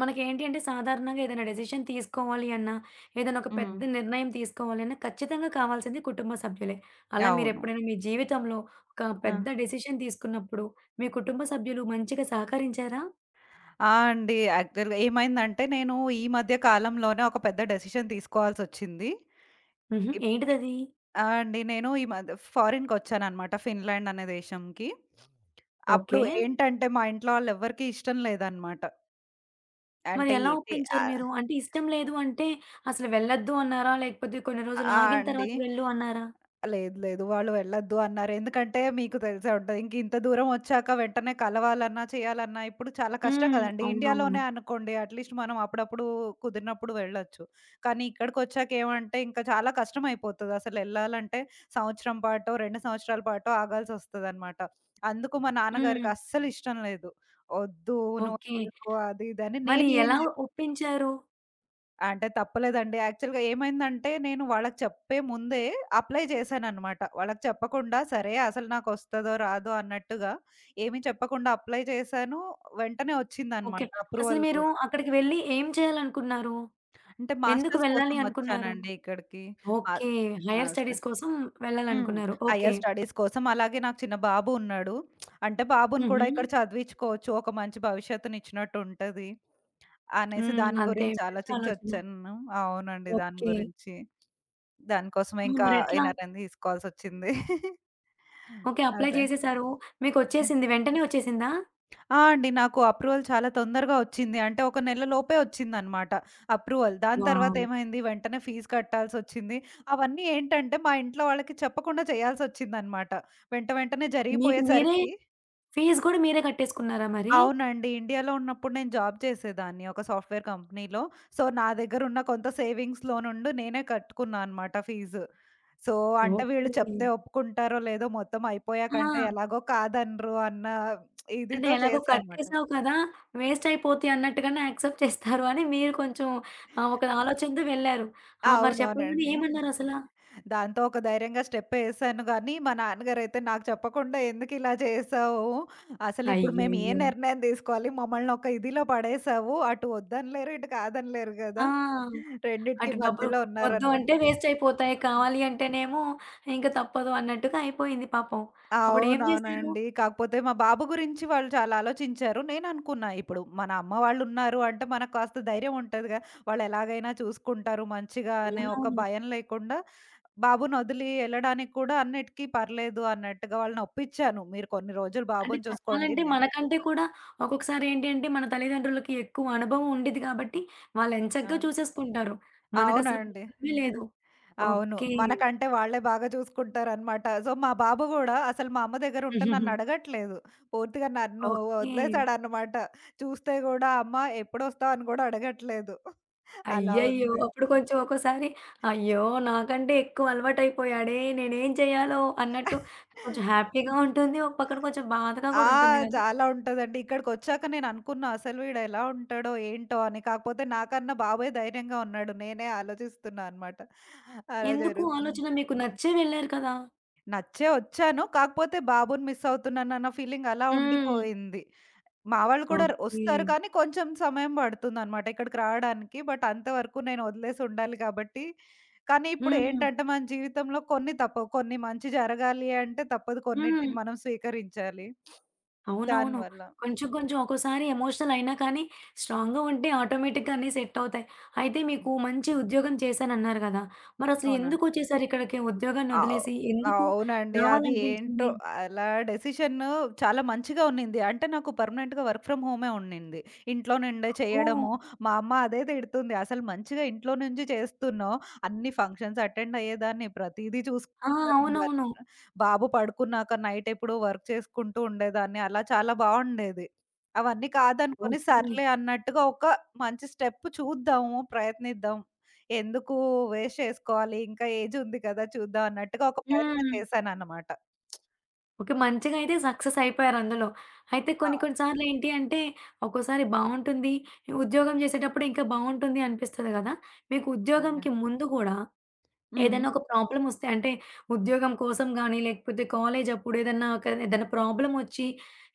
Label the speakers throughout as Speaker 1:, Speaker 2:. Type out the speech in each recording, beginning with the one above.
Speaker 1: మనకేంటి అంటే సాధారణంగా ఏదైనా డెసిషన్ తీసుకోవాలి అన్నా, ఏదైనా ఒక
Speaker 2: హ్మ్.
Speaker 1: పెద్ద నిర్ణయం తీసుకోవాలి అన్నా ఖచ్చితంగా కావాల్సింది కుటుంబ సభ్యులే. అలా
Speaker 2: అవును.
Speaker 1: మీరెప్పుడైనా మీ జీవితంలో ఒక
Speaker 2: ఆ!
Speaker 1: పెద్ద డెసిషన్ తీసుకున్నప్పుడు మీ కుటుంబ సభ్యులు మంచిగా సహకరించారా?
Speaker 2: ఆ! అండి. యాక్చువల్‌గా ఏమైందంటే, నేను ఈ మధ్య కాలంలోనే ఒక పెద్ద డెసిషన్ తీసుకోవాల్సొచ్చింది.
Speaker 1: హుహు.
Speaker 2: ఇప్
Speaker 1: ఏంటిదది?
Speaker 2: ఆ! అండి. నేను ఈ మధ్య ఫారిన్‌కొచ్చాననమాట. ఫిన్లాండ్ అనే దేశంకి. అప్పుడు
Speaker 1: ఓకే.
Speaker 2: ఏంటంటే, మా ఇంట్లో వాళ్ళెవ్వరికీ ఇష్టం లేదనమాట.
Speaker 1: మరి
Speaker 2: అంటే
Speaker 1: ఎలా
Speaker 2: ఏంటి
Speaker 1: ఒప్పించారు
Speaker 2: ఆహ్,
Speaker 1: మీరు? అంటే ఇష్టం లేదు అంటే అసలు వెళ్ళొద్దు అన్నారా? లేకపోతే కొన్ని రోజులు
Speaker 2: ఆ!
Speaker 1: ఆగిన
Speaker 2: అండి.
Speaker 1: తర్వాత వెళ్ళు అన్నారా?
Speaker 2: లేదు. లేదు. వాళ్ళు వెళ్ళొద్దు అన్నారు. ఎందుకంటే మీకు తెలిసే ఉంటది. ఇంక ఇంత దూరం ఒచ్చాక వెంటనే కలవాలన్నా, చేయాలన్నా ఇప్పుడు చాలా కష్టం
Speaker 1: హ్మ్.
Speaker 2: గదండీ!
Speaker 1: అవునవును.
Speaker 2: ఇండియాలోనే అనుకోండి అట్‌లీస్ట్ మనం అప్పుడప్పుడు కుదిరినప్పుడు వెళ్ళొచ్చు. కానీ ఇక్కడికొచ్చాక ఏమంటే ఇంకా చాలా కష్టమైపోతది. అసలెళ్ళాలంటే సంవత్సరం పాటో, 2 సంవత్సరాల పాటో ఆగాల్సొస్తదనమాట. అందుకు మా
Speaker 1: హ్మ్.
Speaker 2: నాన్నగారికి అస్సలు ఇష్టం లేదు. "ఒద్దు నువ్వు
Speaker 1: ఓకే.
Speaker 2: ఎందుకు" అది, ఇది అని
Speaker 1: మరి
Speaker 2: నేనేం.
Speaker 1: ఎలా ఒప్పించారు?
Speaker 2: అంటే తప్పలేదండి. యాక్చువల్‌గా ఏమైందంటే, నేను వాళ్ళకి చెప్పే ముందే అప్లై చేశాననమాట. వాళ్ళకి చెప్పకుండా, సరే అసలు నాకొస్తదో, రాదో అన్నట్టుగా ఏమీ చెప్పకుండా అప్లై చేశాను. వెంటనే
Speaker 1: ఓకే.
Speaker 2: వచ్చిందనమాట
Speaker 1: అసలు
Speaker 2: అప్రూవల్
Speaker 1: మీరు
Speaker 2: కూడా.
Speaker 1: అక్కడికి వెళ్లి ఏం చేయాలనుకున్నారు?
Speaker 2: అంటే
Speaker 1: ఎందుకు
Speaker 2: మాస్టర్స్
Speaker 1: వెళ్ళాలి
Speaker 2: కోసం
Speaker 1: అనుకున్నారు?
Speaker 2: వచ్చానండి ఇక్కడికి. మా
Speaker 1: ఓకే. హైర్ స్టడీస్
Speaker 2: మాస్టర్
Speaker 1: కోసం
Speaker 2: హ్మ్.
Speaker 1: వెళ్ళాలనుకున్నారు. ఓకే.
Speaker 2: హైయర్ స్టడీస్ కోసం. అలాగే నాకు చిన్న బాబు ఉన్నాడు. అంటే బాబుని
Speaker 1: హుహు.
Speaker 2: కూడా ఇక్కడ చదివించుకోవచ్చు. ఒక మంచి భవిష్యత్తునిచ్చినట్టు ఉంటది. అనేసి
Speaker 1: హ్మ్.
Speaker 2: దాని
Speaker 1: అంతే.
Speaker 2: గురించి
Speaker 1: మంచి ఆలోచన.
Speaker 2: ఆలోచించొచ్చాను. అవునండి. దాని
Speaker 1: ఓకే.
Speaker 2: గురించి. దానికోసమే
Speaker 1: ఆ!
Speaker 2: ఇంకా
Speaker 1: మరెట్లా?
Speaker 2: ఎనర్‌ని తీసుకోవాల్సొచ్చింది.
Speaker 1: ఓకే. అప్లై
Speaker 2: అదే.
Speaker 1: చేసేసారు. మీకొచ్చేసింది. వెంటనే వచ్చేసిందా?
Speaker 2: ఆ! అండి. నాకు అప్రూవల్ చాలా తొందరగా ఒచ్చింది. అంటే ఒక నెల లోపే ఒచ్చిందనమాట అప్రూవల్. దాని తర్వాత
Speaker 1: వావ్!
Speaker 2: ఏమైంది వెంటనే ఫీజు కట్టాల్సొచ్చింది. అవన్నీ ఏంటంటే మా ఇంట్లో వాళ్ళకి చెప్పకుండా చేయాల్సొచ్చిందనమాట. వెంటనే
Speaker 1: ఓకే. మీకు మీరే
Speaker 2: జరిగిపోయేసరికి
Speaker 1: ఫీజు గూడా మీరే కట్టేసుకున్నారా మరి?
Speaker 2: అవునండి. ఇండియాలో ఉన్నప్పుడు నేను జాబ్ చేసేదాన్ని ఒక సాఫ్ట్‌వేర్ కంపెనీలో. సో, నా దగ్గరున్న కొంత సేవింగ్స్‌లో నుండి నేనే కట్టుకున్నా అనమాట ఫీజు. సో, అంటే వీళ్ళు
Speaker 1: ఓకే.
Speaker 2: చెప్తే ఒప్పుకుంటారో లేదో మొత్తం
Speaker 1: ఆ!
Speaker 2: అయిపోయాకంటే ఎలాగో కాదనరు అన్న
Speaker 1: అంటే
Speaker 2: ఇదితో
Speaker 1: ఎలాగో
Speaker 2: చేశా అనమాట.
Speaker 1: కట్టేసావు కదా! వేస్ట్ అయిపోతాయి అన్నట్టుగానే యాక్సెప్ట్ చేస్తారు అని మీరు కొంచెం ఒక ఆలోచనతో వెళ్లారు. ఆ! మరి చెప్పంగానే
Speaker 2: అవునవునండి.
Speaker 1: ఏమన్నారసల?
Speaker 2: దాంతో ఒక ధైర్యంగా స్టెప్పేసాను గానీ, మా నాన్నగారైతే నాకు చెప్పకుండా ఎందుకిలా చేశావు? అసలిప్పుడు మేము ఏ
Speaker 1: అయ్యయ్యో!
Speaker 2: నిర్ణయం తీసుకోవాలి? మమ్మల్ని ఒక ఇదిలో పడేశావు. అటు వద్దనలేరు, ఇటు కాదనలేరు
Speaker 1: ఆ!
Speaker 2: గదా! రెండిటికి
Speaker 1: అటు డబ్బులు
Speaker 2: మధ్యలో
Speaker 1: వద్దు
Speaker 2: ఉన్నారనమాట.
Speaker 1: అంటే వేస్ట్ అయిపోతాయి. కావాలి అంటేనేమో ఇంక తప్పదు అన్నట్టుగా అయిపోయింది పాపం. అప్పుడేం జేశారు
Speaker 2: అవునవునండి. కాకపోతే మా బాబు గురించి వాళ్ళు చాలా ఆలోచించారు. నేననుకున్నా ఇప్పుడు మన అమ్మ వాళ్ళున్నారు అంటే మనకు కాస్త ధైర్యం ఉంటదిగా. వాళ్ళెలాగైనా చూసుకుంటారు మంచిగా అనే ఒక
Speaker 1: అవునవును.
Speaker 2: భయం లేకుండా బాబునొదిలి ఎళ్ళడానికి కూడా అన్నిటికి పర్లేదు అన్నట్టుగా వాళ్ళనొప్పించాను. మీరు కొన్ని రోజులు
Speaker 1: అంటే
Speaker 2: బాబుని చూసుకోండి.
Speaker 1: చెప్పాలంటే మనకంటే కూడా ఒక్కొక్కసారి ఏంటి అంటే మన తల్లిదండ్రులకి ఎక్కువ అనుభవం ఉండిద్ది కాబట్టి వాళ్ళెంచక్కా
Speaker 2: అవును.
Speaker 1: చూసేసుకుంటారు. మనకసలు
Speaker 2: అవునండి.
Speaker 1: ప్రాబ్లమే లేదు.
Speaker 2: అవును.
Speaker 1: ఓకే.
Speaker 2: మనకంటే వాళ్ళే బాగా చూసుకుంటారనమాట. సో, మా బాబు గూడా అసలు మా అమ్మ దగ్గర ఉంటే నన్నడగట్లేదు. పూర్తిగా నన్ను
Speaker 1: ఓకే.
Speaker 2: వదిలేసాడనమాట. చూస్తే గూడా అమ్మ ఎప్పుడొస్తావు అని గూడా అడగట్లేదు. అలా
Speaker 1: అయ్యయ్యో!
Speaker 2: ఉంది.
Speaker 1: అప్పుడు కొంచెం ఒక్కోసారి అయ్యో! నాకంటే ఎక్కువ అలవాటయిపోయాడే నేనేం చేయాలో అన్నట్టు కొంచెం హ్యాపీగా ఉంటుంది. ఒక పక్కన కొంచెం బాధగా
Speaker 2: ఆ!
Speaker 1: గూడా ఉంటుంది గదా!
Speaker 2: చాలా ఉంటదండి. ఇక్కడికొచ్చాక నేననుకున్నా అసలు వీడు ఎలా ఉంటాడో, ఏంటో అని. కాకపోతే నాకన్నా బాబే ధైర్యంగా ఉన్నాడు. నేనే ఆలోచిస్తున్నా అనమాట. అలా
Speaker 1: ఎందుకు
Speaker 2: జరుగుతుంది.
Speaker 1: ఆలోచన మీకు నచ్చే వెళ్లారు కదా!
Speaker 2: నచ్చే ఒచ్చాను. కాకపోతే బాబుని మిస్ అవుతున్నానన్న ఫీలింగ్ అలా
Speaker 1: హ్మ్.
Speaker 2: ఉండిపోయింది. మా వాళ్ళు కూడా
Speaker 1: ఓకే.
Speaker 2: ఒస్తారు కానీ కొంచెం సమయం పడుతుందనమాట ఇక్కడికి రావడానికి. బట్ అంతవరకు నేను ఒదిలేసి ఉండాలి కాబట్టి. కానీ
Speaker 1: హ్మ్.
Speaker 2: ఇప్పుడేంటంటే మన జీవితంలో కొన్ని తప్పవు. కొన్ని మంచి జరగాలి అంటే తప్పదు
Speaker 1: హ్మ్.
Speaker 2: కొన్నిటిని మనం స్వీకరించాలి.
Speaker 1: అవునవును.
Speaker 2: దానివల్ల.
Speaker 1: కొంచెం కొంచెం ఒక్కోసారి ఎమోషనల్ అయినా కానీ స్ట్రాంగ్‌గా ఉంటే ఆటోమేటిక్‌గా అన్నీ సెట్ అవుతాయి. అయితే మీకు మంచి ఉద్యోగం చేశానన్నారు కదా! మరసలు
Speaker 2: అవునండి.
Speaker 1: ఎందుకొచ్చేసారు ఇక్కడికి ఉద్యోగాన్ని
Speaker 2: అవ్
Speaker 1: వదిలేసి? ఎందుకు
Speaker 2: అవునండి. అది ఏంటో
Speaker 1: రావాలనిపించింది?
Speaker 2: అలా డెసిషన్ చాలా మంచిగా ఉన్నింది. అంటే నాకు పర్మనెంట్‌గా వర్క్ ఫ్రమ్ హోమే ఉన్నింది. ఇంట్లో నుండే
Speaker 1: ఓహ్!
Speaker 2: చేయడము, మా అమ్మ అదే తిడుతుంది. "అసలు మంచిగా ఇంట్లో నుంచి చేస్తున్నావు. అన్ని ఫంక్షన్స్ అటెండ్ అయ్యేదాన్ని, ప్రతీదీ
Speaker 1: ఆ!
Speaker 2: చూసుకునేదాన్ని.
Speaker 1: అవునవును.
Speaker 2: బాబు పడుకున్నాక నైట్ ఎప్పుడూ వర్క్ చేసుకుంటూ ఉండేదాన్ని. అలా చాలా బావుండేది. అవన్నీ కాదనుకోని
Speaker 1: ఓకే.
Speaker 2: సర్లే అన్నట్టుగా ఒక మంచి స్టెప్ చూద్దాము, ప్రయత్నిద్దాం. ఎందుకు వేస్ట్ చేసుకోవాలి? ఇంకా ఏజ్ ఉంది కదా! చూద్దాం అన్నట్టుగా ఒక ప్రయత్నం
Speaker 1: హ్మ్.
Speaker 2: చేశానన్నమాట.
Speaker 1: ఓకే. మంచిగా అయితే సక్సెస్ అయిపోయారు అందులో. అయితే కొన్ని కొన్ని సార్లు ఏంటి అంటే, ఒక్కోసారి బావుంటుంది. ఉద్యోగం చేసేటప్పుడు ఇంకా బావుంటుంది అనిపిస్తది గదా! మీకు ఉద్యోగంకి
Speaker 2: అవునండి.
Speaker 1: ముందు గూడా
Speaker 2: హ్మ్.
Speaker 1: ఏదైనా ఒక ప్రాబ్లమ్ వస్తే అంటే, ఉద్యోగం కోసం గానీ, లేకపోతే కాలేజ్ అప్పుడు ఏదన్నా ఒక ఏదైనా ప్రాబ్లమ్ వచ్చి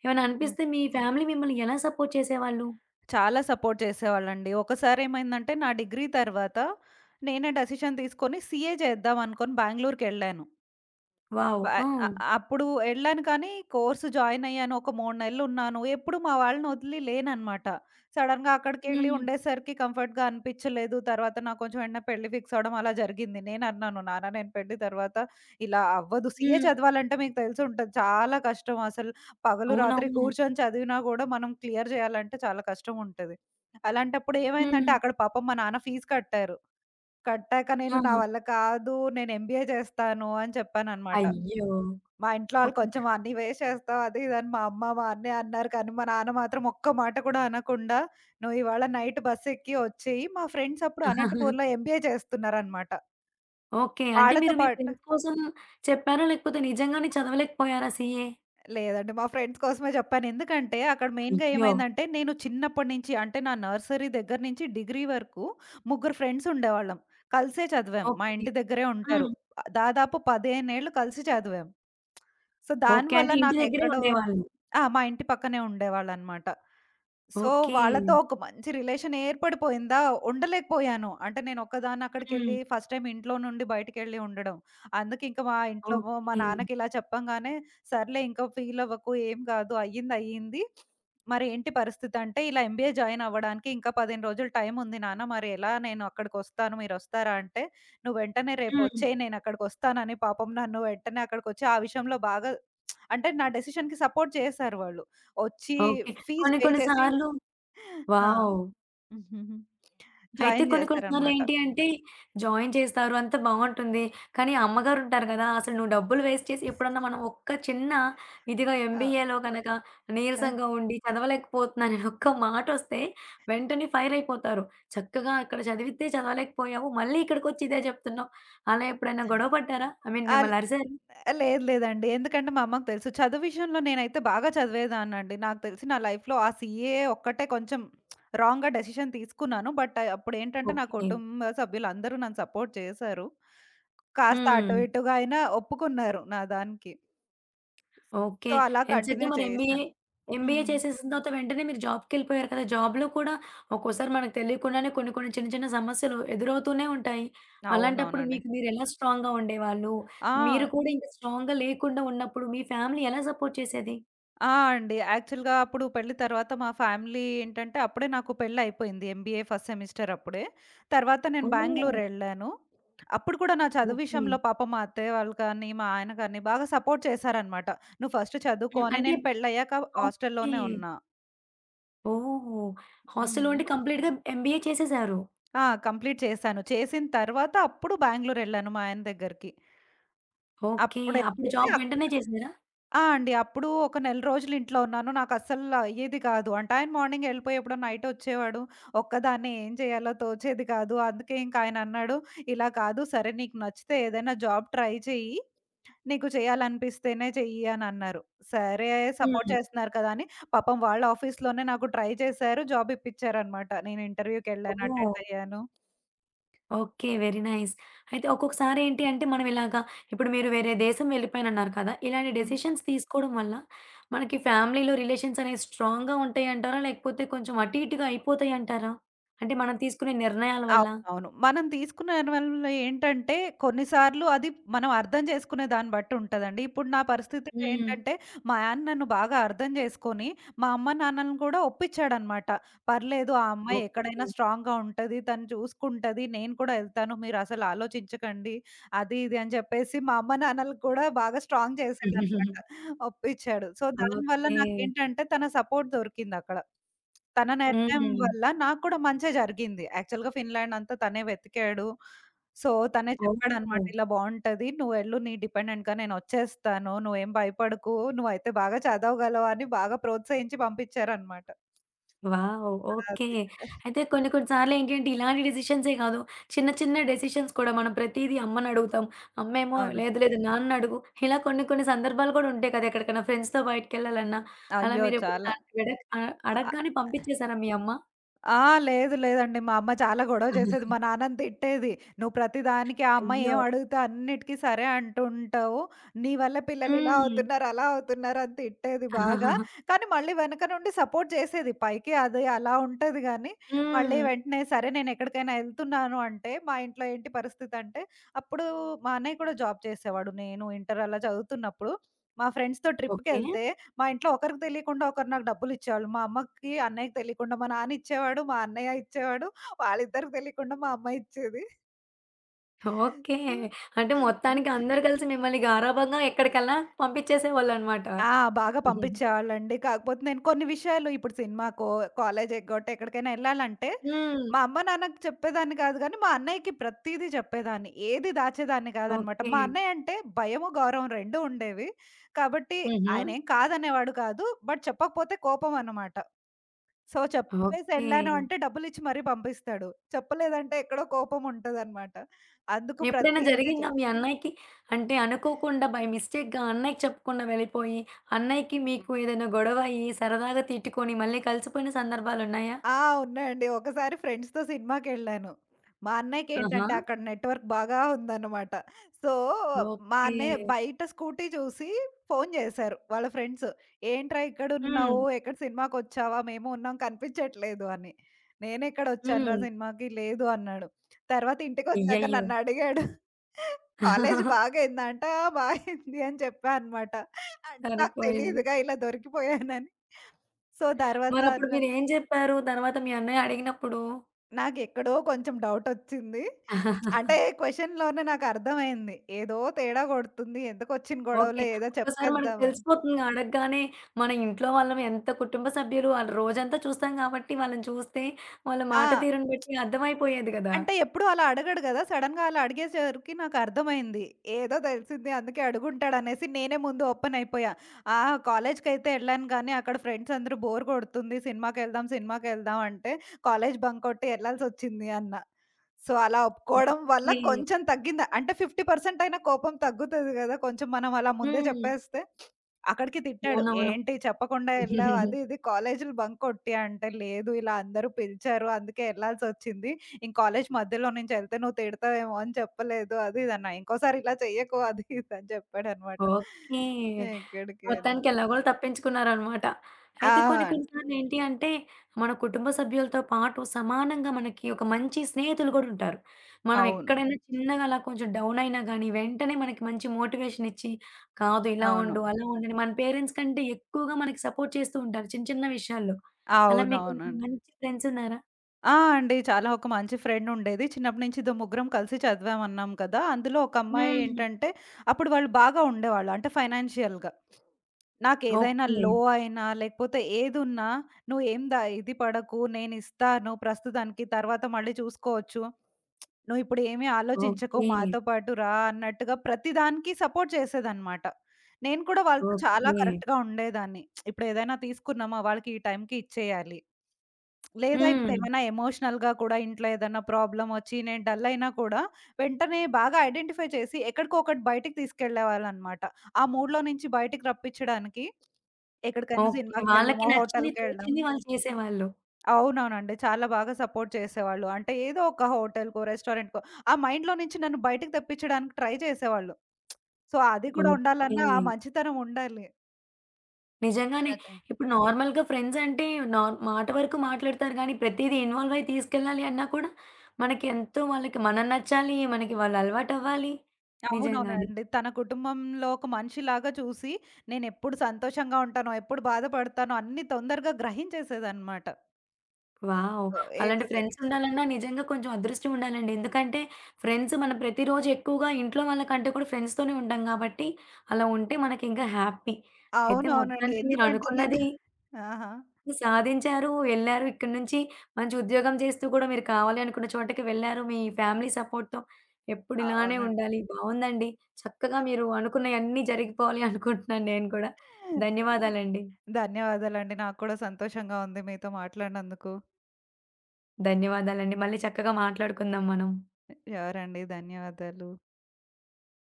Speaker 1: ఏమైనా
Speaker 2: హ్మ్.
Speaker 1: అనిపిస్తే మీ ఫ్యామిలీ మిమ్మల్ని ఎలా సపోర్ట్ చేసేవాళ్ళు?
Speaker 2: చాలా సపోర్ట్ చేసేవాళ్ళండి. ఒకసారేమైందంటే నా డిగ్రీ తర్వాత నేనే డెసిషన్ తీసుకొని సీఏ చేద్దాం అనుకోని బెంగుళూరుకెళ్ళాను.
Speaker 1: వావ్!
Speaker 2: బ అ
Speaker 1: ఆ!
Speaker 2: అప్పుడు ఎళ్ళాను కానీ, కోర్స్ జాయిన్ అయ్యాను. ఒక 3 నెలలున్నాను. ఎప్పుడు మా వాళ్ళని వదిలి లేననమాట. సడెన్‌గా అక్కడికెళ్ళి
Speaker 1: హ్మ్.
Speaker 2: ఉండేసరికి కంఫర్ట్‌గా అనిపిచ్చలేదు. తర్వాత నాకు కొంచెం వెంటనే పెళ్లి ఫిక్స్ అవ్వడం అలా జరిగింది. నేనన్నాను, "నాన్న నేను పెళ్లి తర్వాత ఇలా అవ్వదు. సీఏ
Speaker 1: హ్మ్.
Speaker 2: చదవాలంటే మీకు తెలిసుంటది చాలా కష్టం అసలు. పగలు రాత్రి
Speaker 1: అవునవును.
Speaker 2: కూర్చొని చదివినా గూడా మనం క్లియర్ చేయాలంటే చాలా కష్టం ఉంటది." అలాంటప్పుడు
Speaker 1: హ్మ్.
Speaker 2: ఏమైందంటే అక్కడ పాపం మా నాన్న ఫీస్ కట్టారు. కట్టాక
Speaker 1: ఆ!
Speaker 2: నేను, "నా వల్ల కాదు. నేను ఎంబీఏ చేస్తాను" అని చెప్పాననమాట.
Speaker 1: అయ్యో!
Speaker 2: మా ఇంట్లో వాళ్ళు
Speaker 1: ఓకే.
Speaker 2: కొంచెం అన్నీ వేసేస్తావు అది ఇది అని మా అమ్మ, మా అన్నయ్య అన్నారు. కానీ మా నాన్న మాత్రం ఒక్క మాట కూడా అనకుండా, "నువ్వు ఇవాళ నైట్ బస్ ఎక్కి వచ్చెయి." మా ఫ్రెండ్స్ అప్పుడు అనంతపూర్‌లో ఎంబీఏ చేస్తున్నారనమాట.
Speaker 1: ఓకే. అంటే
Speaker 2: వాళ్ళతో
Speaker 1: మీరు మీ
Speaker 2: పాటు
Speaker 1: ఫ్రెండ్స్ కోసం చెప్పారా? లేకపోతే నిజంగానే చదవలేకపోయారా సీఏ?
Speaker 2: లేదండి. మా ఫ్రెండ్స్ కోసమే చెప్పాను. ఎందుకంటే అక్కడ మెయిన్‌గా
Speaker 1: అయ్యో!
Speaker 2: ఏమైందంటే నేను చిన్నప్పటి నుంచి అంటే నా నర్సరీ దగ్గర నుంచి డిగ్రీ వరకు ముగ్గురు ఫ్రెండ్స్ ఉండేవాళ్ళం. కలిసే చదివాం. మా
Speaker 1: ఓకే.
Speaker 2: ఇంటి దగ్గరే ఉంటారు.
Speaker 1: హ్మ్.
Speaker 2: దాదాపు 15 ఏళ్ళు కలిసి చదివాం. So
Speaker 1: okay.
Speaker 2: దానివల్ల
Speaker 1: అంటే ఇంటి
Speaker 2: నాకు
Speaker 1: దగ్గరే
Speaker 2: ఎక్కడో
Speaker 1: ఉండేవాళ్ళు.
Speaker 2: ఆ! మా ఇంటి పక్కనే ఉండేవాళ్ళనమాట. So,
Speaker 1: okay.
Speaker 2: వాళ్ళతో ఒక మంచి రిలేషన్ ఏర్పడిపోయిందా, ఉండలేకపోయాను. అంటే నేనొక్కదాన్ని
Speaker 1: హ్మ్.
Speaker 2: అక్కడికెళ్ళి ఫస్ట్ టైమ్ ఇంట్లో నుండి బయటికెళ్ళి ఉండడం. అందుకే ఇంక మా ఇంట్లో మా
Speaker 1: ఓకే.
Speaker 2: నాన్నకి ఇలా చెప్పంగానే, "సర్లే ఇంక ఫీల్ అవ్వకు, ఏం కాదు అయ్యింది అయ్యింది. మరి ఏంటి పరిస్థితి" అంటే, "ఇలా ఎంబీఏ జాయిన్ అవ్వడానికి ఇంకా 15 రోజులు టైం ఉంది నాన్న. మరి ఎలా నేను అక్కడికొస్తాను, మీరొస్తారా?" అంటే, "నువ్వు వెంటనే
Speaker 1: హ్మ్.
Speaker 2: రేపొచ్చేయి నేనక్కడికొస్తానని" పాపం నన్ను వెంటనే అక్కడికొచ్చి ఆ విషయంలో బాగా అంటే నా డెసిషన్‌కి సపోర్ట్ చేసారు వాళ్ళు. వచ్చి
Speaker 1: ఓకే.
Speaker 2: ఫీజ్
Speaker 1: కొన్ని
Speaker 2: పే
Speaker 1: కొన్ని
Speaker 2: చేసి
Speaker 1: సార్లు
Speaker 2: ఆ!
Speaker 1: వావ్! అయితే
Speaker 2: జాయిన్
Speaker 1: కొన్ని కొన్ని
Speaker 2: చేశారనమాట.
Speaker 1: సార్లేంటి అంటే, జాయిన్ చేస్తారు. అంతా బావుంటుంది. కానీ అమ్మగారుంటారు గదా! అసలు నువ్వు డబ్బులు వేస్ట్ చేసి ఎప్పుడన్నా మనం ఒక్క చిన్న ఇదిగా
Speaker 2: ఆ!
Speaker 1: ఎంబీఏలో గనక
Speaker 2: ఆహ్,
Speaker 1: నీరసంగా ఉండి చదవలేకపోతున్నానని ఒక్క మాటొస్తే వెంటనే ఫైర్ అయిపోతారు. చక్కగా అక్కడ చదివితే చదవలేకపోయావు. మళ్ళీ ఇక్కడికొచ్చి ఇదే జెప్తున్నావు. అలా ఎప్పుడైనా గొడవ పడ్డారా? ఐ మీన్
Speaker 2: ఆల్
Speaker 1: మిమ్మల్ని అరిసారా?
Speaker 2: లేదు లేదండి. ఎందుకంటే మా అమ్మకి తెలుసు. చదువు విషయంలో నేనైతే బాగా చదివేదాన్నండి. నాకు తెలిసి నా లైఫ్‌లో ఆ సీఏ ఒక్కటే కొంచెం రాంగ్‌గా డెసిషన్ తీసుకున్నాను. బట్ అప్పుడేంటంటే నా
Speaker 1: ఓకే.
Speaker 2: కుటుంబ సభ్యులందరూ నన్ను సపోర్ట్ చేశారు. కాస్త అటు
Speaker 1: హ్మ్.
Speaker 2: ఇటుగా అయినా ఒప్పుకున్నారు నా దానికి.
Speaker 1: ఓకే.
Speaker 2: సో, అలా
Speaker 1: ఎంచక్కా
Speaker 2: కంటిన్యూ
Speaker 1: మరి ఎంబీఏ,
Speaker 2: చేశాను.
Speaker 1: ఎంబీఏ
Speaker 2: హ్మ్.
Speaker 1: చేసేసిన తర్వాత వెంటనే మీరు జాబ్‌కెళ్ళిపోయారు కదా! జాబ్‌లో కూడా ఒక్కోసారి మనకు తెలియకుండానే కొన్ని కొన్ని చిన్న చిన్న సమస్యలు ఎదురవుతూనే ఉంటాయి. అలాంటప్పుడు
Speaker 2: అవునవునండి.
Speaker 1: మీకు మీరు ఎలా స్ట్రాంగ్‌గా ఉండేవాళ్ళు?
Speaker 2: ఆ!
Speaker 1: మీరు కూడా ఇంక స్ట్రాంగ్‌గా లేకుండా ఉన్నప్పుడు మీ ఫ్యామిలీ ఎలా సపోర్ట్ చేసేది?
Speaker 2: ఆ! అండి. యాక్చువల్‌గా అప్పుడు పెళ్లి తర్వాత మా ఫ్యామిలీ ఏంటంటే అప్పుడే నాకు పెళ్లయిపోయింది. ఎంబీఏ ఫస్ట్ సెమిస్టర్ అప్పుడే. తర్వాత నేను
Speaker 1: ఓహ్!
Speaker 2: బెంగుళూరు ఎళ్ళాను. అప్పుడు కూడా నా చదువు
Speaker 1: ఓకే.
Speaker 2: విషయంలో పాపం మా అత్తయ్య వాళ్ళు కానీ, మా ఆయన కానీ బాగా సపోర్ట్ చేశారనమాట. "నువ్వు ఫస్ట్ చదువుకో"
Speaker 1: హ్మ్.
Speaker 2: అని
Speaker 1: అంటే
Speaker 2: నేను పెళ్లయ్యాక
Speaker 1: ఓకే.
Speaker 2: హాస్టల్‌లోనే ఉన్నా.
Speaker 1: ఓహ్! హాస్టల్‌లో
Speaker 2: హ్మ్.
Speaker 1: ఉండి కంప్లీట్‌గా ఎంబీఏ చేసేసారు.
Speaker 2: ఆ! కంప్లీట్ చేశాను. చేసిన తర్వాత అప్పుడు బెంగుళూరు ఎళ్ళాను మా ఆయన దగ్గరికి.
Speaker 1: ఓకే.
Speaker 2: అప్పుడే
Speaker 1: అప్పుడు జాబ్ వెంటనే చేసారా?
Speaker 2: ఆ! అండి. అప్పుడు ఒక నెల రోజులు ఇంట్లో ఉన్నాను. నాకస్సలు అయ్యేది కాదు. అంటే ఆయన మార్నింగ్ ఎళ్ళిపోయి ఎప్పుడో నైట్ వచ్చేవాడు. ఒక్కదాన్నే ఏం చేయాలో తోచేది కాదు. అందుకే ఇంక ఆయనన్నాడు, "ఇలా కాదు సరే నీకు నచ్చితే ఏదైనా జాబ్ ట్రై చెయ్యి. నీకు చేయాలనిపిస్తేనే చెయ్యి" అనన్నారు. సరే సపోర్ట్
Speaker 1: హ్మ్.
Speaker 2: చేస్తున్నారు కదా! అని పాపం వాళ్ళ ఆఫీస్‌లోనే నాకు ట్రై చేశారు. జాబ్ ఇప్పిచ్చారనమాట. నేను ఇంటర్వ్యూకెళ్ళాను,
Speaker 1: ఓహ్!
Speaker 2: అటెండ్ అయ్యాను.
Speaker 1: ఓకే. Very nice. అయితే ఒక్కొక్కసారి ఏంటి అంటే మనం ఇలాగా ఇప్పుడు మీరు వేరే దేశం వెళ్ళిపోయానన్నారు కదా! ఇలాంటి డెసిషన్స్ తీసుకోవడం వల్ల మనకి ఫ్యామిలీలో రిలేషన్స్ అనేవి స్ట్రాంగ్‌గా ఉంటాయంటారా? లేకపోతే కొంచెం అటు ఇటుగా అయిపోతాయంటారా? అంటే మనం తీసుకునే నిర్ణయాల వల్ల?
Speaker 2: అవునవును. మనం తీసుకున్న నిర్ణయంలో ఏంటంటే, కొన్నిసార్లు అది మనం అర్థం చేసుకునే దాన్ని బట్టి ఉంటదండి. ఇప్పుడు నా పరిస్థితిలో
Speaker 1: హ్మ్.
Speaker 2: ఏంటంటే, మా ఆయన నన్ను బాగా అర్థం చేసుకొని, మా అమ్మ, నాన్నలను కూడా ఒప్పించాడనమాట. "పర్లేదు ఆ అమ్మాయి
Speaker 1: ఓకే.
Speaker 2: ఎక్కడైనా స్ట్రాంగ్‌గా ఉంటది. తను చూసుకుంటది. నేను కూడా ఎళ్తాను. మీరసలు ఆలోచించకండి" అది ఇది అని చెప్పేసి మా అమ్మ, నాన్నలకి కూడా బాగా స్ట్రాంగ్ చేసాడనమాట. ఒప్పించాడు. సో, దానివల్ల
Speaker 1: ఓకే.
Speaker 2: నాకేంటంటే తన సపోర్ట్ దొరికిందక్కడ. తన నిర్ణయం
Speaker 1: హ్మ్.
Speaker 2: వల్ల నాకు కూడా మంచే జరిగింది. యాక్చువల్‌గా ఫిన్లాండ్ అంతా తనే వెతికాడు. సో, తనే చెప్పాడనమాట.
Speaker 1: ఓహ్!
Speaker 2: "ఇలా బావుంటది. నువ్వెళ్ళు నీ డిపెండెంట్‌గా నేనొచ్చేస్తాను. నువ్వేం భయపడకు. నువ్వైతే బాగా చదవగలవు" అని బాగా ప్రోత్సహించి పంపించారనమాట.
Speaker 1: వావ్! ఓకే.
Speaker 2: అది.
Speaker 1: అయితే కొన్ని కొన్ని సార్లేంటంటే ఇలాంటి డెసిషన్సే కాదు. చిన్న చిన్న డెసిషన్స్ కూడా మనం ప్రతీదీ అమ్మనడుగుతాం. అమ్మేమో
Speaker 2: అవును.
Speaker 1: లేదు లేదు నాన్నడుగు. ఇలా కొన్ని కొన్ని సందర్భాలు కూడా ఉంటాయి కదా! ఎక్కడికైనా ఫ్రెండ్స్‌తో బయటికెళ్ళాలన్నా. అలా
Speaker 2: అయ్యో!
Speaker 1: మీరెప్పుడైనా
Speaker 2: చాలా.
Speaker 1: వెడ అడగగానే పంపించేసారా మీ అమ్మ?
Speaker 2: ఆ! లేదు లేదండి. మా అమ్మ చాలా గొడవ చేసేది. మా నాన్నని తిట్టేది. "నువ్వు ప్రతిదానికి ఆ అమ్మాయి
Speaker 1: అయ్యో!
Speaker 2: ఏం అడుగుతే అన్నిటికి సరే అంటూ ఉంటావు. నీ వల్ల పిల్లలు ఇలా
Speaker 1: హ్మ్.
Speaker 2: అవుతున్నారు, అలా అవుతున్నారు" అని తిట్టేది బాగా. కానీ మళ్ళీ వెనక నుండి సపోర్ట్ చేసేది. పైకి అది అలా ఉంటది గానీ, మళ్ళీ
Speaker 1: హ్మ్.
Speaker 2: వెంటనే సరే నేనెక్కడికైనా ఎళ్తున్నాను అంటే, మా ఇంట్లో ఏంటి పరిస్థితి అంటే, అప్పుడు మా అన్నయ్య కూడా జాబ్ చేసేవాడు. నేను ఇంటర్ అలా చదువుతున్నప్పుడు, మా ఫ్రెండ్స్‌తో
Speaker 1: ఓకే.
Speaker 2: ట్రిప్‌కెళ్తే మా ఇంట్లో ఒకరికి తెలియకుండా ఒకరు నాకు డబ్బులిచ్చేవాళ్ళు. మా అమ్మకి, అన్నయ్యకి తెలియకుండా మా నాన్న ఇచ్చేవాడు, మా అన్నయ్య ఇచ్చేవాడు. వాళ్ళిద్దరికి తెలియకుండా మా అమ్మ ఇచ్చేది.
Speaker 1: ఓకే. అంటే
Speaker 2: సో
Speaker 1: మొత్తానికి అందరూ కలిసి మిమ్మల్ని గారాబంగా ఎక్కడికల్లా పంపించేసేవాళ్ళనమాట.
Speaker 2: ఆ! బాగా పంపించేవాళ్ళండి. కాకపోతే నేను కొన్ని విషయాలు ఇప్పుడు సినిమాకో, కాలేజ్ ఎగ్గొట్టో ఎక్కడికైనా ఎళ్ళాలంటే
Speaker 1: హ్మ్.
Speaker 2: మా అమ్మ, నాన్నకి చెప్పేదాన్ని కాదు గానీ, మా అన్నయ్యకి ప్రతీదీ చెప్పేదాన్ని. ఏది దాచేదాన్ని కాదనమాట.
Speaker 1: ఓకే.
Speaker 2: మా అన్నయ్య అంటే భయము, గౌరవం రెండూ ఉండేవి. కాబట్టి
Speaker 1: హుహు.
Speaker 2: ఆయనేం కాదనేవాడు కాదు. బట్ చెప్పకపోతే కోపమనమాట. సో, చెప్పేసి
Speaker 1: ఓకే.
Speaker 2: ఎళ్ళాను అంటే డబ్బులిచ్చి మరీ పంపిస్తాడు. చెప్పలేదంటే ఎక్కడో కోపం ఉంటదనమాట. అందుకు
Speaker 1: ఎప్పుడైనా
Speaker 2: ప్రతి ఇది
Speaker 1: జరిగిందా
Speaker 2: చెప్
Speaker 1: మీ అన్నయ్యకి? అంటే అనుకోకుండా బై మిస్టేక్‌గా అన్నయ్యకి చెప్పకుండా వెళ్ళిపోయి, అన్నయ్యకి మీకు ఏదైనా గొడవ అయ్యి, సరదాగా తిట్టుకొని మళ్ళీ కలిసిపోయిన సందర్భాలున్నాయా?
Speaker 2: ఆ! ఉన్నాయండి. ఒకసారి ఫ్రెండ్స్‌తో సినిమాకెళ్ళాను. మా
Speaker 1: ఆహా!
Speaker 2: అన్నయ్యకేంటంటే అక్కడ నెట్‌వర్క్ బాగా ఉందన్నమాట. సో, మా
Speaker 1: ఓకే.
Speaker 2: అన్నయ్య బయట స్కూటీ చూసి ఫోను చేశారు వాళ్ళ ఫ్రెండ్స్. "ఏంట్రా
Speaker 1: హ్మ్.
Speaker 2: ఇక్కడున్నావు? ఎక్కడ సినిమాకొచ్చావా? మేము ఉన్నాం కనిపించట్లేదు" అని. "నేనెక్కడొచ్చానురా
Speaker 1: హ్మ్.
Speaker 2: సినిమాకి, లేదు" అన్నాడు. తర్వాత ఇంటికొచ్చాక
Speaker 1: అయ్యయ్యో!
Speaker 2: నన్నడిగాడు. "కాలేజు బాగయిందంట?" "ఆ! బాగయింది" అని చెప్పా అనమాట. అంటే నాకు
Speaker 1: సరిపోయింది.
Speaker 2: తెలీదుగా ఇలా దొరికిపోయానని. సో, తర్వాత
Speaker 1: మరప్పుడు
Speaker 2: అన్నాను
Speaker 1: మీరేం జెప్పారు తర్వాత మీ అన్నయ్య అడిగినప్పుడు?
Speaker 2: నాకెక్కడో కొంచెం డౌటొచ్చింది. అంటే క్వెషన్‌లోనే నాకర్థమైంది. ఏదో తేడా కొడుతుంది. ఎందుకొచ్చిన
Speaker 1: ఓకే.
Speaker 2: గొడవలో ఏదో
Speaker 1: ఒక్కోసారి మనకు
Speaker 2: చెప్పేద్దామని.
Speaker 1: తెలిసిపోతుంది అడగగానే, మన ఇంట్లో వాళ్ళం ఎంత కుటుంబ సభ్యులు ఆళ్ళు రోజంతా చూస్తాం కాబట్టి, వాళ్ళని చూస్తే వాళ్ళ మాట
Speaker 2: ఆ!
Speaker 1: తీరును బట్టి అర్థమైపోయేది గదా!
Speaker 2: అంటే ఎప్పుడూ అలా అడగడు గదా! సడెన్‌గా అలా అడిగేసరికి నాకర్థమైంది. ఏదో తెలిసింది అందుకే అడుగుంటాడనేసి నేనే ముందు ఓపెన్ అయిపోయా. ఆ! కాలేజ్‌కైతే ఎళ్ళాను గానీ అక్కడ ఫ్రెండ్స్ అందరూ బోర్ కొడుతుంది. సినిమాకెళ్దాం, సినిమాకెళ్దాం అంటే కాలేజ్ బంక్ కొట్టి ఎళ్ళాల్సొచ్చింది అన్న. సో, అలా ఒప్పుకోవడం వల్ల
Speaker 1: ఓకే.
Speaker 2: కొంచెం తగ్గింద అంటే 50% అయినా కోపం తగ్గుతది గదా! కొంచెం మనం అలా ముందే
Speaker 1: హ్మ్.
Speaker 2: చెప్పేస్తే. అక్కడికి తిట్టాడు.
Speaker 1: అవునవును.
Speaker 2: "ఏంటి చెప్పకుండా ఎళ్ళావు అది ఇది కాలేజీలు బంక్ కొట్టి" అంటే, "లేదు ఇలా అందరూ పిలిచారు అందుకే ఎళ్ళాల్సొచ్చింది. ఇంక కాలేజీ మధ్యలో నుంచి ఎళ్తే నువ్వు తిడతావేమో అని చెప్పలేదు" అది ఇది అన్నా. "ఇంకోసారి ఇలా చెయ్యకు" అది ఇది అని చెప్పాడనమాట.
Speaker 1: ఓకే.
Speaker 2: ఎక్కడికెళ్ళినా
Speaker 1: మొత్తానికి ఎలాగోలా తప్పించుకున్నారనమాట.
Speaker 2: ఆ!
Speaker 1: అయితే కొన్ని కొన్ని సార్లేంటి అంటే, మన కుటుంబ సభ్యులతో పాటు సమానంగా మనకి ఒక మంచి స్నేహితులు కూడా ఉంటారు. మనం
Speaker 2: అవును.
Speaker 1: ఎక్కడైనా చిన్నగా అలా కొంచెం డౌన్ అయినా గానీ, వెంటనే మనకి మంచి మోటివేషన్ ఇచ్చి, కాదు ఇలా
Speaker 2: అవును.
Speaker 1: ఉండు, అలా ఉండని మన పేరెంట్స్ కంటే ఎక్కువగా మనకి సపోర్ట్ చేస్తూ ఉంటారు చిన్న చిన్న విషయాల్లో. అలా మీకు ఎవరైనా
Speaker 2: అవునవునండి.
Speaker 1: మంచి ఫ్రెండ్స్ ఉన్నారా?
Speaker 2: ఆ! అండి. చాలా ఒక మంచి ఫ్రెండ్ ఉండేది. చిన్నప్పటి నుంచి ఇద్దరం ముగ్గురం కలిసి చదివామన్నాం కదా! అందులో ఒక అమ్మాయి
Speaker 1: హ్మ్.
Speaker 2: ఏంటంటే అప్పుడు వాళ్ళు బాగా ఉండేవాళ్ళు. అంటే ఫైనాన్షియల్‌గా. నాకేదైనా
Speaker 1: ఓకే.
Speaker 2: లో అయినా, లేకపోతే ఏదున్నా "నువ్వేం ఇది పడకు, నేనిస్తాను ప్రస్తుతానికి. తర్వాత మళ్ళీ చూసుకోవచ్చు. నువ్విప్పుడు ఏమీ ఆలోచించకు.
Speaker 1: ఓకే.
Speaker 2: మాతో పాటు రా" అన్నట్టుగా ప్రతి దానికి సపోర్ట్ చేసేదన్నమాట. నేను కూడా వాళ్ళతో చాలా
Speaker 1: ఓకే.
Speaker 2: కరెక్ట్‌గా ఉండేదాన్ని. ఇప్పుడేదైనా తీసుకున్నామా వాళ్ళకి ఈ టైంకి ఇచ్చేయాలి. లేదా
Speaker 1: హ్మ్.
Speaker 2: ఇప్పుడేమైనా ఎమోషనల్‌గా కూడా ఇంట్లో ఏదన్నా ప్రాబ్లమ్ ఒచ్చి నేను డల్ అయినా కూడా వెంటనే బాగా ఐడెంటిఫై చేసి ఎక్కడికొకటి బయటికి తీసుకెళ్ళేవాళ్ళనమాట. ఆ మూడ్‌లో నుంచి బయటికి రప్పించడానికి ఎక్కడికైనా
Speaker 1: ఓకే. వాళ్ళకి
Speaker 2: సినిమాకెళ్ళడమో,
Speaker 1: నచ్చింది,
Speaker 2: హోటల్‌కెళ్ళడం.
Speaker 1: తోచింది వాళ్ళు చేసేవాళ్ళు.
Speaker 2: అవునవునండి. చాలా బాగా సపోర్ట్ చేసేవాళ్ళు. అంటే ఏదో ఒక హోటల్‌కో, రెస్టారెంట్‌కో ఆ మైండ్‌లో నుంచి నన్ను బయటికి తెప్పించడానికి ట్రై చేసేవాళ్ళు. సో, అది కూడా
Speaker 1: ఓకే.
Speaker 2: ఉండాలన్నా ఆ మంచితనం ఉండాలి.
Speaker 1: నిజంగానే. ఇప్పుడు నార్మల్‌గా ఫ్రెండ్స్ అంటే మాట వరకు మాట్లాడతారు గానీ, ప్రతీదీ ఇన్వాల్వ్ అయ్యి తీసుకెళ్ళాలి అన్నా కూడా, మనకి ఎంతో వాళ్ళకి మనం నచ్చాలి, మనకి వాళ్ళు అలవాటవ్వాలి. నిజంగానే.
Speaker 2: అవునవునండి. తన కుటుంబంలో ఒక మనిషిలాగా చూసి, నేనెప్పుడు సంతోషంగా ఉంటానో, ఎప్పుడు బాధపడతానో అన్నీ తొందరగా గ్రహించేసేదనమాట.
Speaker 1: వావ్!
Speaker 2: సో,
Speaker 1: అలాంటి
Speaker 2: ఏదో జరిగి
Speaker 1: ఫ్రెండ్స్ ఉండాలన్నా నిజంగా కొంచెం అదృష్టం ఉండాలండి. ఎందుకంటే ఫ్రెండ్స్ మనం ప్రతిరోజు ఎక్కువగా ఇంట్లో వాళ్ళకంటే కూడా ఫ్రెండ్స్‌తోనే ఉంటాం గాబట్టి, అలా ఉంటే మనకింకా హ్యాపీ. అయితే
Speaker 2: అవునవునండి.
Speaker 1: మొత్తానికి మీరు
Speaker 2: ఎందుకంటే నేను
Speaker 1: అనుకున్నది
Speaker 2: ఆహా!
Speaker 1: సాధించారు. వెళ్లారు. ఇక్కడి నుంచి మంచి ఉద్యోగం చేస్తూ కూడా మీరు కావాలి అనుకున్న చోటకి వెళ్లారు. మీ ఫ్యామిలీ సపోర్ట్‌తో ఎప్పుడు ఇలానే
Speaker 2: అవునండి.
Speaker 1: ఉండాలి. బావుందండి. చక్కగా మీరు అనుకున్నయన్నీ జరిగిపోవాలి అనుకుంటున్నాను నేను కూడా. ధన్యవాదాలండి.
Speaker 2: ధన్యవాదాలండి. నాకు కూడా సంతోషంగా ఉంది మీతో మాట్లాడినందుకు.
Speaker 1: ధన్యవాదాలండి. మళ్ళీ చక్కగా మాట్లాడుకుందాం మనం.
Speaker 2: ఎవరండి ధన్యవాదాలు.